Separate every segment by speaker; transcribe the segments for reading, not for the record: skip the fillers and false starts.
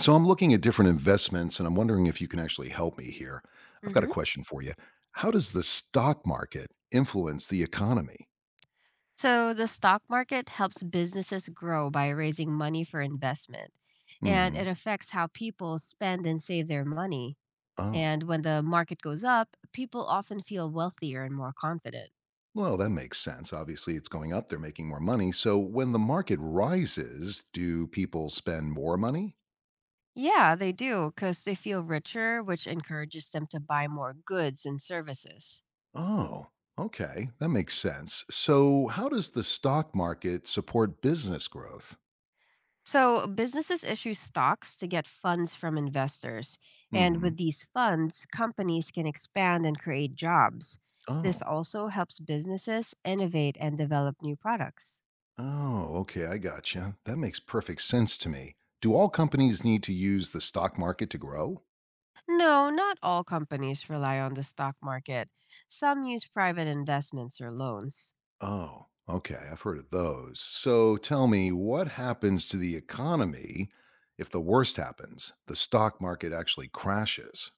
Speaker 1: So I'm looking at different investments and I'm wondering if you can actually help me here. I've got a
Speaker 2: Hmm.
Speaker 1: question for you. How does the stock market influence the economy?
Speaker 2: So the stock market helps businesses grow by raising money for investment, and it
Speaker 1: hmm
Speaker 2: affects how people spend and save their money.
Speaker 1: Oh,
Speaker 2: And when the market goes up, people often feel wealthier and more confident.
Speaker 1: well, that makes sense. Obviously, it's going up, they're making more money. So when the market rises, do people spend more money?
Speaker 2: Yeah, they do, because they feel richer, which encourages them to buy more goods and services.
Speaker 1: Oh, okay, that makes sense. So how does the stock market support business growth?
Speaker 2: So, businesses issue stocks to get funds from investors. And with
Speaker 1: hmm
Speaker 2: these funds, companies can expand and create jobs. This
Speaker 1: Oh,
Speaker 2: also helps businesses innovate and develop new products.
Speaker 1: oh, okay, I gotcha. That makes perfect sense to me. Do all companies need to use the stock market to grow?
Speaker 2: No, not all companies rely on the stock market. Some use private investments or loans.
Speaker 1: Oh, okay, I've heard of those. So tell me, what happens to the economy if the worst happens? The stock market actually crashes.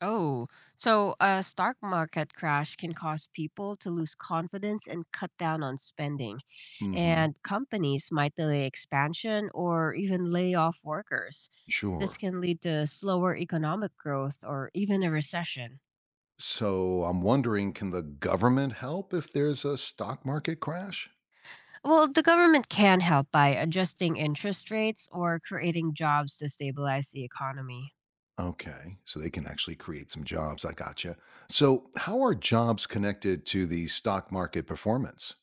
Speaker 2: Oh, so a stock market crash can cause people to lose confidence and cut down on spending,
Speaker 1: Mm hmm,
Speaker 2: and companies might delay expansion or even lay off workers. This
Speaker 1: sure.
Speaker 2: can lead to slower economic growth or even a recession.
Speaker 1: So I'm wondering, can the government help if there's a stock market crash?
Speaker 2: Well, the government can help by adjusting interest rates or creating jobs to stabilize the economy.
Speaker 1: Okay, so they can actually create some jobs. I gotcha. So how are jobs connected to the stock market performance?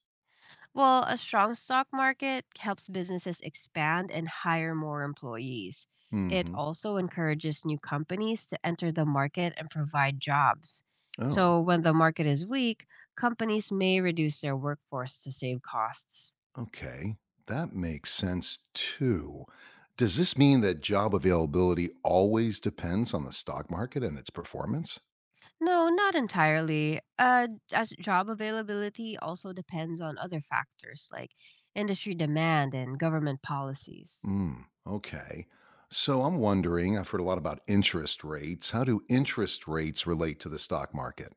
Speaker 2: Well, a strong stock market helps businesses expand and hire more employees. It
Speaker 1: Mhm.
Speaker 2: also encourages new companies to enter the market and provide jobs.
Speaker 1: Oh,
Speaker 2: So, when the market is weak, companies may reduce their workforce to save costs.
Speaker 1: okay. That makes sense too. Does this mean that job availability always depends on the stock market and its performance?
Speaker 2: No, not entirely. As job availability also depends on other factors like industry demand and government policies.
Speaker 1: Hmm. Okay. So I'm wondering, I've heard a lot about interest rates. How do interest rates relate to the stock market?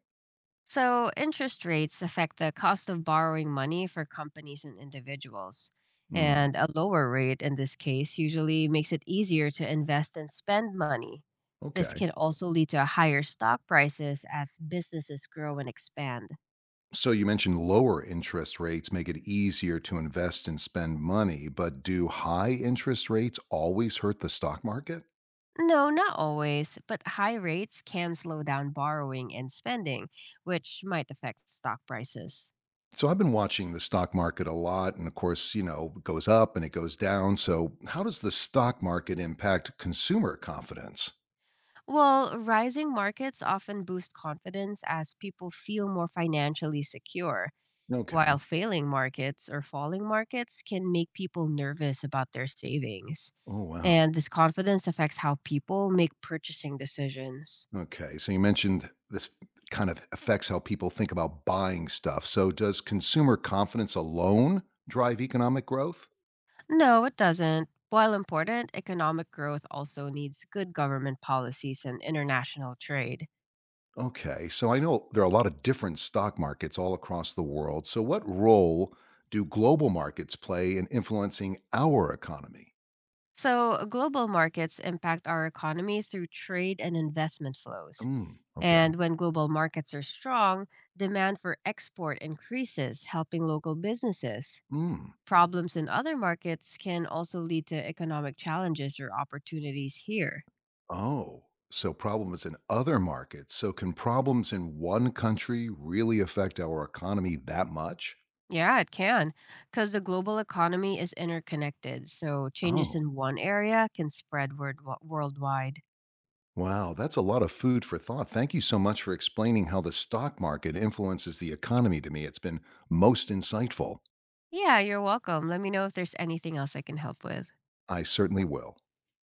Speaker 2: So, interest rates affect the cost of borrowing money for companies and individuals.
Speaker 1: Hmm.
Speaker 2: And a lower rate in this case usually makes it easier to invest and spend money. This
Speaker 1: Okay.
Speaker 2: can also lead to higher stock prices as businesses grow and expand.
Speaker 1: So you mentioned lower interest rates make it easier to invest and spend money, but do high interest rates always hurt the stock market?
Speaker 2: No, not always, but high rates can slow down borrowing and spending, which might affect stock prices.
Speaker 1: So I've been watching the stock market a lot, and of course, it goes up and it goes down. So how does the stock market impact consumer confidence?
Speaker 2: Well, rising markets often boost confidence as people feel more financially secure,
Speaker 1: Okay.
Speaker 2: while failing markets or falling markets can make people nervous about their savings.
Speaker 1: Oh wow.
Speaker 2: And this confidence affects how people make purchasing decisions.
Speaker 1: Okay. So you mentioned this kind of affects how people think about buying stuff. So does consumer confidence alone drive economic growth?
Speaker 2: No, it doesn't. While important, economic growth also needs good government policies and international trade.
Speaker 1: Okay. So I know there are a lot of different stock markets all across the world. So what role do global markets play in influencing our economy?
Speaker 2: So, global markets impact our economy through trade and investment flows.
Speaker 1: Mm, okay.
Speaker 2: And when global markets are strong, demand for export increases, helping local businesses.
Speaker 1: Hmm.
Speaker 2: Problems in other markets can also lead to economic challenges or opportunities here.
Speaker 1: Oh, so problems in other markets. So can problems in one country really affect our economy that much?
Speaker 2: Yeah, it can, because the global economy is interconnected, so changes
Speaker 1: Oh,
Speaker 2: in one area can spread worldwide.
Speaker 1: wow. That's a lot of food for thought. Thank you so much for explaining how the stock market influences the economy to me. It's been most insightful.
Speaker 2: Yeah, you're welcome. Let me know if there's anything else I can help with.
Speaker 1: I certainly will.